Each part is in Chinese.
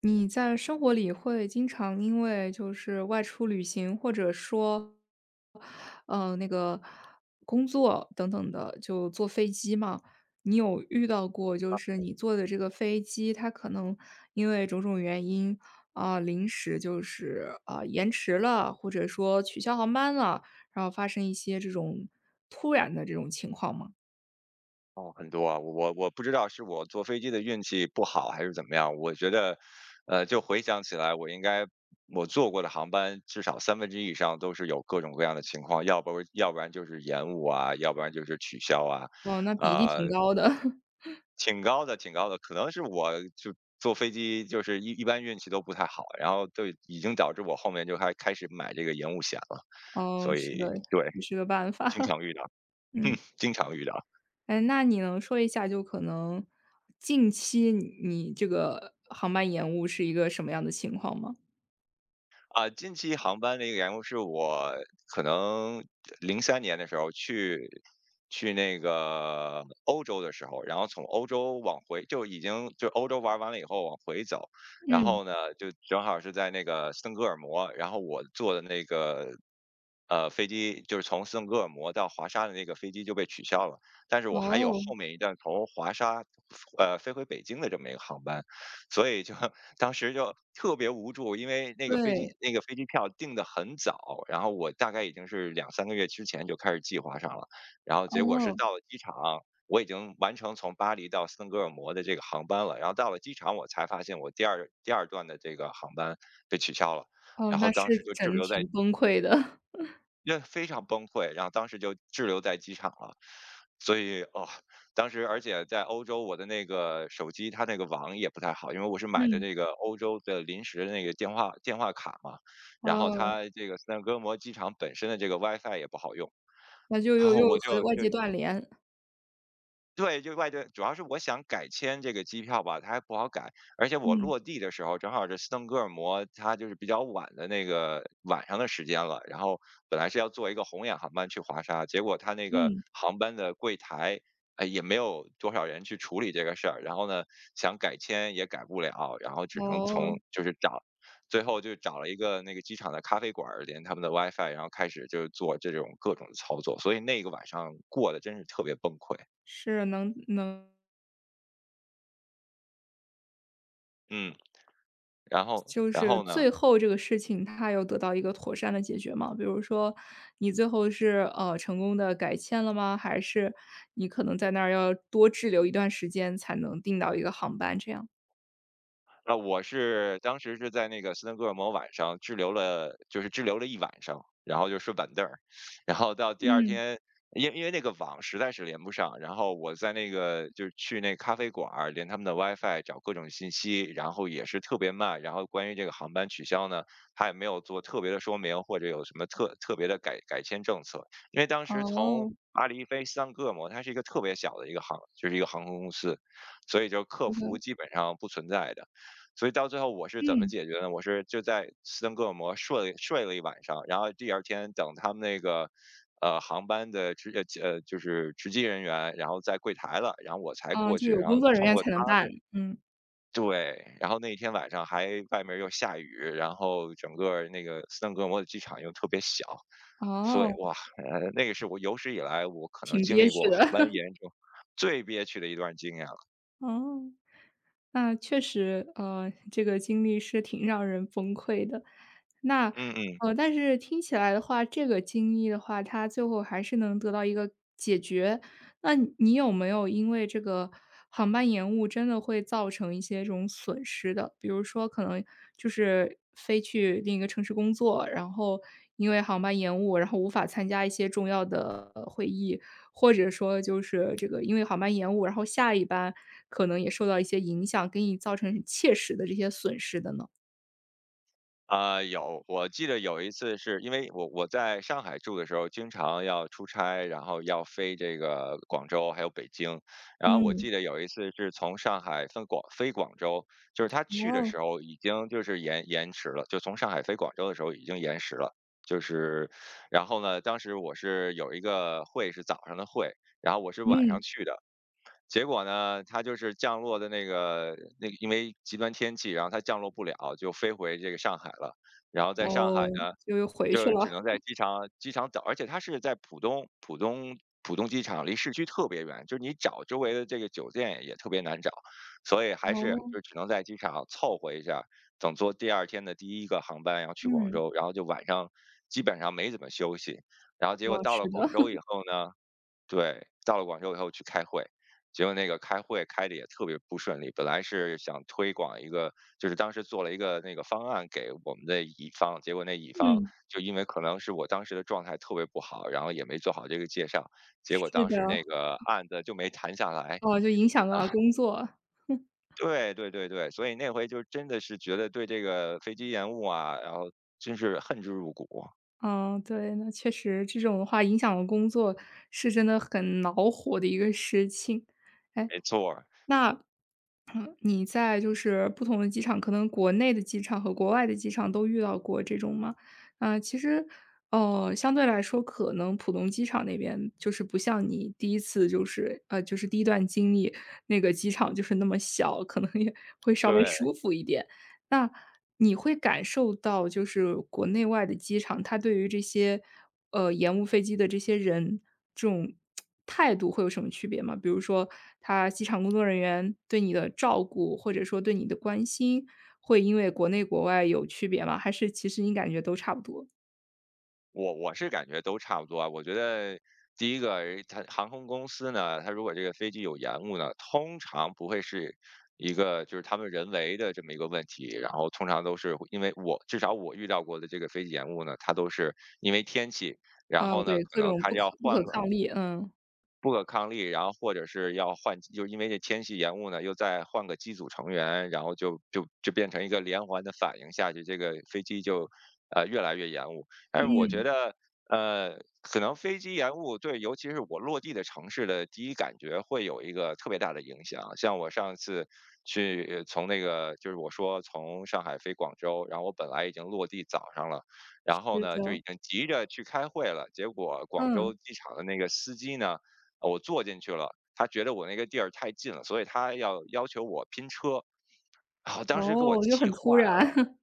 你在生活里会经常因为就是外出旅行，或者说，那个工作等等的，就坐飞机嘛？你有遇到过就是你坐的这个飞机，它可能因为种种原因啊，临时就是啊，延迟了，或者说取消航班了，然后发生一些这种突然的这种情况吗？哦，很多啊，我不知道是我坐飞机的运气不好还是怎么样，我觉得，就回想起来，我应该我坐过的航班至少三分之一以上都是有各种各样的情况，要不然就是延误啊，要不然就是取消啊，哦，那比例挺呃，高的。挺高的，挺高的，可能是我就坐飞机就是一般运气都不太好，然后就已经导致我后面就开始买这个延误险了，哦，所是以的，对，也是个办法，经 常遇到，嗯。经常遇到。哎，那你能说一下，就可能近期你这个航班延误是一个什么样的情况吗？啊，近期航班的一个延误是我可能03年的时候去那个欧洲的时候，然后从欧洲往回就已经就欧洲玩完了以后往回走，然嗯，后呢，就正好是在那个斯德哥尔摩，然后我坐的那个，飞机就是从斯德哥尔摩到华沙的那个飞机就被取消了，但是我还有哦，后面一段从华沙，飞回北京的这么一个航班，所以就 当时就特别无助，因为对，那个飞机票订的很早，然后我大概已经是两三个月之前就开始计划上了，然后结果是哦，到了机场，我已经完成从巴黎到斯德哥尔摩的这个航班了，然后到了机场我才发现我第二段的这个航班被取消了，哦，然后那是当时就滞真留在挺崩溃的。因为非常崩溃，然后当时就滞留在机场了。所以哦，当时而且在欧洲，我的那个手机它那个网也不太好，因为我是买的嗯，那个欧洲的临时的那个电话卡嘛，然后哦，它这个斯德哥尔摩机场本身的这个 WiFi 也不好用，那就然又后又我和就外就界断联。对，就外地主要是我想改签这个机票吧，它还不好改，而且我嗯，落地的时候正好是斯德哥尔摩，它就是比较晚的那个晚上的时间了。然后本来是要坐一个红眼航班去华沙，结果它那个嗯，航班的柜台，哎，也没有多少人去处理这个事儿。然后呢，想改签也改不了，然后只能从哦，就是找，最后就找了一个那个机场的咖啡馆儿连他们的 WiFi，然后开始就是做这种各种的操作。所以那个晚上过得真是特别崩溃，是，能嗯。然后就然是后呢，最后这个事情它有得到一个妥善的解决吗？比如说你最后是，成功的改签了吗？还是你可能在那儿要多滞留一段时间才能订到一个航班这样？我是当时是在那个斯德哥尔摩晚上滞留了，就是滞留了一晚上，然后就睡板凳儿，然后到第二嗯，天，因为那个网实在是连不上，然后我在那个就是去那咖啡馆儿连他们的 WiFi 找各种信息，然后也是特别慢，然后关于这个航班取消呢，他也没有做特别的说明或者有什么特别的改签政策，因为当时从哦，巴黎飞斯德哥尔摩，它是一个特别小的一个航，就是一个航空公司，所以就客对服的，基本上不存在的。所以到最后我是怎么嗯，解决呢？我是就在斯德哥尔摩睡了一晚上，然后第二天等他们那个航班的就是值机人员，然后在柜台了，然后我才啊，过就去，有然工后作人通员过他才能办，们。嗯，对，然后那天晚上还外面又下雨，然后整个那个斯德哥尔摩的机场又特别小，所以哦，哇，那个是我有史以来我可能挺经憋历过屈航的，班 延误最憋屈的一段经验了。哦。那确实，这个经历是挺让人崩溃的。那，嗯嗯。但是听起来的话，这个经历的话，它最后还是能得到一个解决。那你有没有因为这个航班延误，真的会造成一些这种损失的？比如说，可能就是飞去另一个城市工作，然后因为航班延误，然后无法参加一些重要的会议，或者说就是这个因为航班延误，然后下一班可能也受到一些影响，给你造成切实的这些损失的呢？啊，有，我记得有一次是因为我在上海住的时候，经常要出差，然后要飞这个广州还有北京，然后我嗯。记得有一次是从上海飞广州，就是他去的哦。时候已经就是延迟了，就从上海飞广州的时候已经延迟了，就是，然后呢，当时我是有一个会是早上的会，然后我是晚上嗯，去的。结果呢，它就是降落的那个，因为极端天气，然后它降落不了，就飞回这个上海了。然后在上海哦，呢，就又回去就只了。能在机场等，而且它是在浦东机场，离市区特别远，就是你找周围的这个酒店也特别难找，所以还是哦，就只能在机场凑合一下，等坐第二天的第一个航班，然后去广嗯。州，然后就晚上基本上没怎么休息。然后结哦，果到了是的，广州以 后呢，对，到了广州以后去开会，结果那个开会开的也特别不顺利。本来是想推广一个，就是当时做了一个那个方案给我们的乙方，结果那乙方嗯，就因为可能是我当时的状态特别不好，然后也没做好这个介绍，结果是当的，时那个案子就没谈下来哦，就影响到啊。了工作。对对对对，所以那回就真的是觉得对这个飞机延误啊，然后真是恨之入骨啊。嗯，对，那确实这种的话影响了工作，是真的很恼火的一个事情。哎，没错儿，那你在就是不同的机场，可能国内的机场和国外的机场都遇到过这种吗？啊，其实，相对来说，可能浦东机场那边就是不像你第一次就是，就是第一段经历，那个机场就是那么小，可能也会稍微对。舒服一点。那你会感受到就是国内外的机场，它对于这些，延误飞机的这些人，这种态度会有什么区别吗？比如说他机场工作人员对你的照顾，或者说对你的关心，会因为国内国外有区别吗？还是其实你感觉都差不多？我是感觉都差不多啊。我觉得第一个，它航空公司呢，它如果这个飞机有延误呢，通常不会是一个就是他们人为的这么一个问题，然后通常都是因为我至少我遇到过的这个飞机延误呢，它都是因为天气，然啊，后呢，对，可各能种它不可要不换可个抗力，嗯，不可抗力，然后或者是要换，就是因为这天气延误呢，又再换个机组成员，然后就变成一个连环的反应下去，这个飞机就越来越延误。但是我觉得可能飞机延误对，尤其是我落地的城市的第一感觉会有一个特别大的影响。像我上次从那个就是我说从上海飞广州，然后我本来已经落地早上了，然是后呢就已的，经急着去开会了，结果广嗯，州机场的那个司机呢。我坐进去了，他觉得我那个地儿太近了，所以他要求我拼车。啊，当时给我哦，就气很坏突然，了，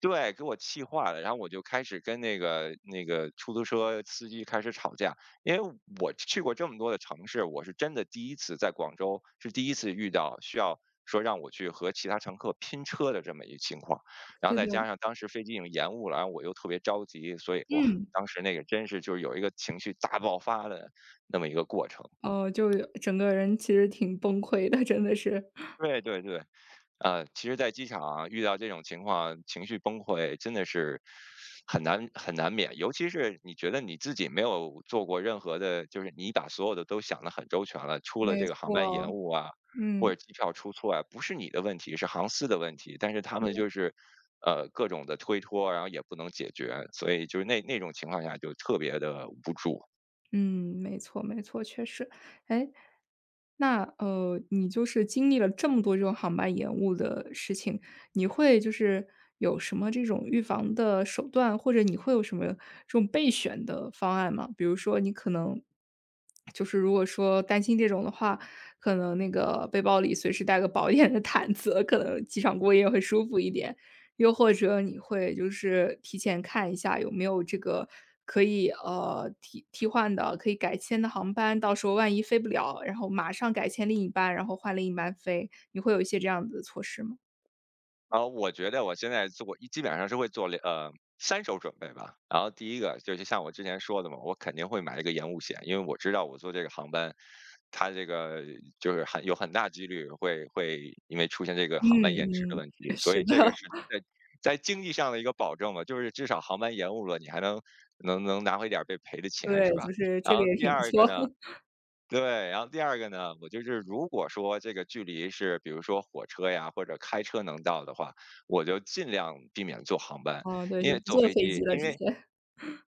对，给我气坏了。然后我就开始跟那个出租车司机开始吵架，因为我去过这么多的城市，我是真的第一次在广州是第一次遇到需要说让我去和其他乘客拼车的这么一个情况。然后是再的，加上当时飞机已经延误了，然后我又特别着急，所以哇，嗯，当时那个真是就是有一个情绪大爆发的那么一个过程。哦，就整个人其实挺崩溃的，真的是。对对对。其实在机场遇到这种情况，情绪崩溃真的是很难免。尤其是你觉得你自己没有做过任何的，就是你把所有的都想得很周全了，出了没这个航班延错，误啊，或嗯，者机票出错啊，不是你的问题，是航司的问题。但是他们嗯。就是，各种的推脱，然后也不能解决，所以就是那种情况下就特别的无助。嗯没错没错，确实。哎，那，你就是经历了这么多这种航班延误的事情，你会就是有什么这种预防的手段，或者你会有什么这种备选的方案吗？比如说你可能就是如果说担心这种的话，可能那个背包里随时带个薄一点的毯子，可能机场过夜会舒服一点。又或者你会就是提前看一下有没有这个可以，替换的、可以改签的航班，到时候万一飞不了，然后马上改签另一班，然后换另一班飞，你会有一些这样子的措施吗？啊，我觉得我现在基本上是会做三手准备吧。然后第一个就是像我之前说的嘛，我肯定会买一个延误险，因为我知道我坐这个航班，它这个就是很大几率会因为出现这个航班延迟的嗯嗯，问题，所是以的，这个是 在经济上的一个保证嘛，就是至少航班延误了，你还能拿回点儿被赔的钱是对，吧？就是然这个后也第挺不二个错。呢，对，然后第二个呢，我就是如果说这个距离是比如说火车呀或者开车能到的话，我就尽量避免坐航班，啊，对，因就为不坐坐飞飞机，机了因直为接。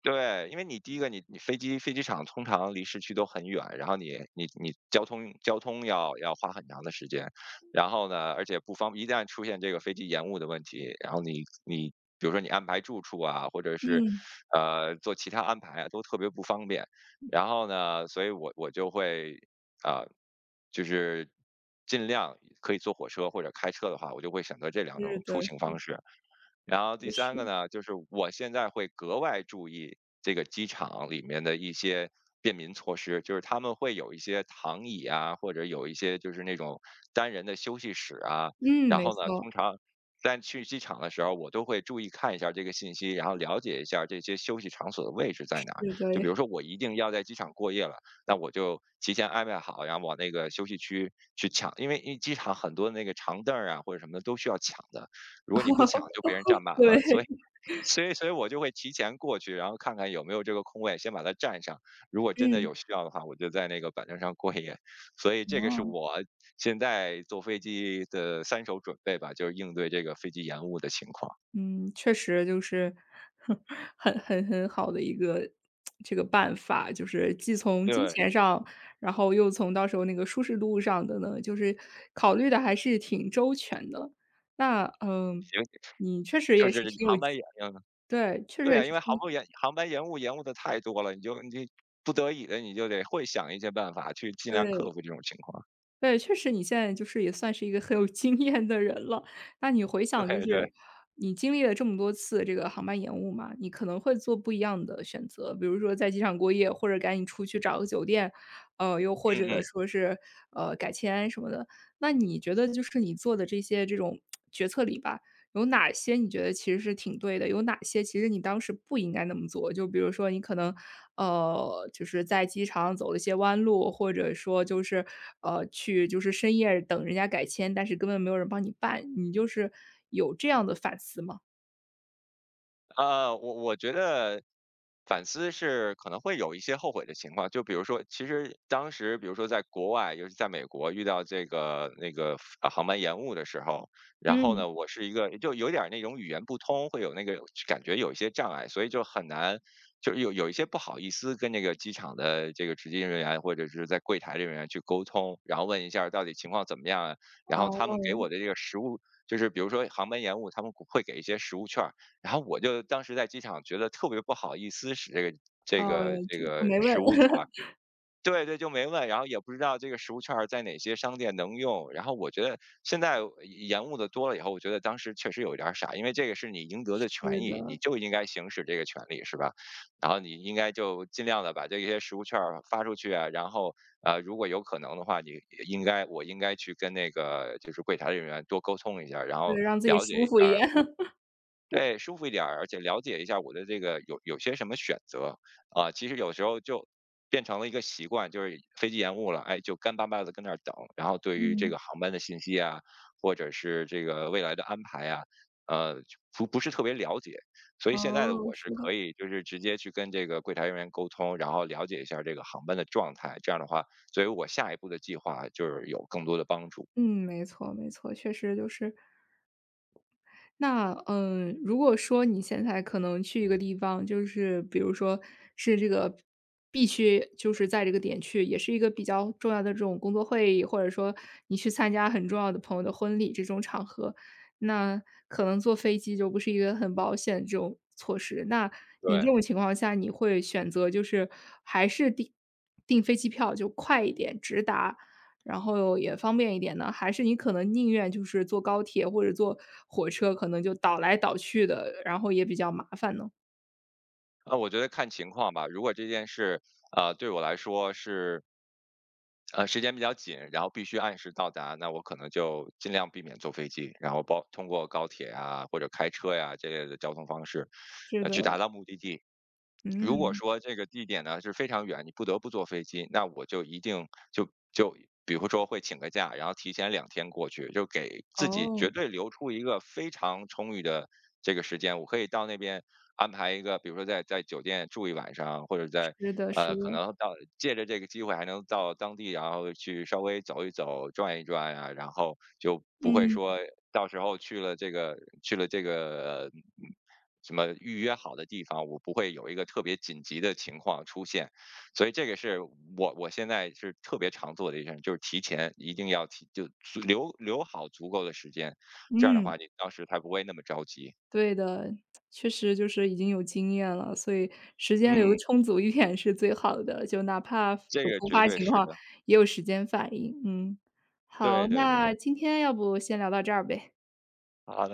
对，因为你第一个，你飞机场通常离市区都很远，然后你交通要花很长的时间，然后呢，而且不方一旦出现这个飞机延误的问题，然后你比如说你安排住处啊，或者是嗯，做其他安排啊，都特别不方便。然后呢，所以我就会啊、就是尽量可以坐火车或者开车的话，我就会选择这两是种出的，行方式。然后第也三是。个呢，就是我现在会格外注意这个机场里面的一些便民措施，就是他们会有一些躺椅啊，或者有一些就是那种单人的休息室啊。嗯，然没后呢，错，通常在去机场的时候，我都会注意看一下这个信息，然后了解一下这些休息场所的位置在是哪儿。就比的，如说我一定要在机场过夜了，那我就提前安排好，然后往那个休息区去抢，因为机场很多那个长凳儿啊或者什么的都需要抢的。如果你不抢，就被人占满了。所以，对，所以，所以我就会提前过去，然后看看有没有这个空位，先把它占上。如果真的嗯，有需要的话，我就在那个板凳上过一夜。所以，这个是哦。我现在坐飞机的三手准备吧，就是应对这个飞机延误的情况。嗯，确实就是 很好的一个这个办法，就是既从金对，钱上，然后又从到时候那个舒适度上的呢，就是考虑的还是挺周全的。那，嗯，行，你确实就也是是挺有航班延误。对，确实对也呀，因是为航挺班延航班延误延误的太多了，你不得已的，你就得会想一些办法去尽量克对。服这种情况。对，确实你现在就是也算是一个很有 经验的人了。那你回想就对对，是你经历了这么多次这个航班延误嘛，你可能会做不一样的选择，比如说在机场过夜，或者赶紧出去找个酒店，又或嗯者嗯。说是，改签什么的。那你觉得就是你做的这些这种决策里吧，有哪些你觉得其实是挺对的？有哪些其实你当时不应该那么做？就比如说你可能，就是在机场走了一些弯路，或者说就是，去就是深夜等人家改签，但是根本没有人帮你办，你就是有这样的反思吗？我觉得反思是可能会有一些后悔的情况，就比如说，其实当时比如说在国外，尤其在美国遇到航班延误的时候，然后嗯。呢，我是一个就有点儿那种语言不通，会有那个感觉有一些障碍，所以就很难。就有一些不好意思跟那个机场的这个值机人员或者是在柜台的人员去沟通，然后问一下儿到底情况怎么样啊，然后哦，他们给我的这个实物，就是比如说航班延误，他们会给一些实物券，然后我就当时在机场觉得特别不好意思使这个这呃，个这就个没食问。物券儿，对对，就没问，然后也不知道这个食物券儿在哪些商店能用，然后我觉得现在延误的多了以后，我觉得当时确实有一点儿傻，因为这个是你应得的是权益，你的，就应该行使这个权利，是吧？然后你应该就尽量的把这些食物券儿发出去啊，然后如果有可能的话，你应该我应该去跟那个就是柜台的人员多沟通一下儿然对，后让自己了解舒一下。服一点。对，舒服一点儿，而且了解一下我的这个有些什么选择啊。其实有时候就变成了一个习惯，就是飞机延误了，哎，就干巴巴的跟那儿等。然后对于这嗯。个航班的信息啊，或者是这个未来的安排啊，就不是特别了解。所以哦，现在的我是是的，可以就是直接去跟这个柜台人员沟通，然后了解一下这个航班的状态。这样的话，对于我下一步的计划就是有更多的帮助。嗯，没错没错，确实就是那，嗯，如果说你现在可能去一个地方，就是比如说是这个必须就是在这个点去，也是一个比较重要的这种工作会议，或者说你去参加很重要的朋友的婚礼这种场合，那可能坐飞机就不是一个很保险这种措施。那你这对。种情况下，你会选择就是还是订飞机票就快一点直达，然后也方便一点呢，还是你可能宁愿就是坐高铁或者坐火车，可能就倒来倒去的，然后也比较麻烦呢？啊，我觉得看情况吧。如果这件事，对我来说是，时间比较紧，然后必须按时到达，那我可能就尽量避免坐飞机，然后通过高铁啊或者开车呀、这类的交通方式，是的，去达到目的地。如果嗯，说这个地点呢是非常远，你不得不坐飞机，那我就一定就就比如说会请个假，然后提前2天过去，就给自己绝哦，对留出一个非常充裕的这个时间，我可以到那边安排一个，比如说在酒店住一晚上，或者是的，是可的，能到借着这个机会还能到当地，然后去稍微走一走、转一转呀，然后就不会嗯说到时候去了这个去了这个。呃什么预约好的地方，我不会有一个特别紧急的情况出现，所以这个是我现在是特别常做的一件事，就是提前一定要提，留好足够的时间，这样的嗯，话你当时才不会那么着急。对的，确实就是已经有经验了，所以时间留嗯，充足一点是最好的，就哪怕这有个突绝发对情是况的，也有时间反应，嗯。好，对对对，那今天要不先聊到这儿呗。好的。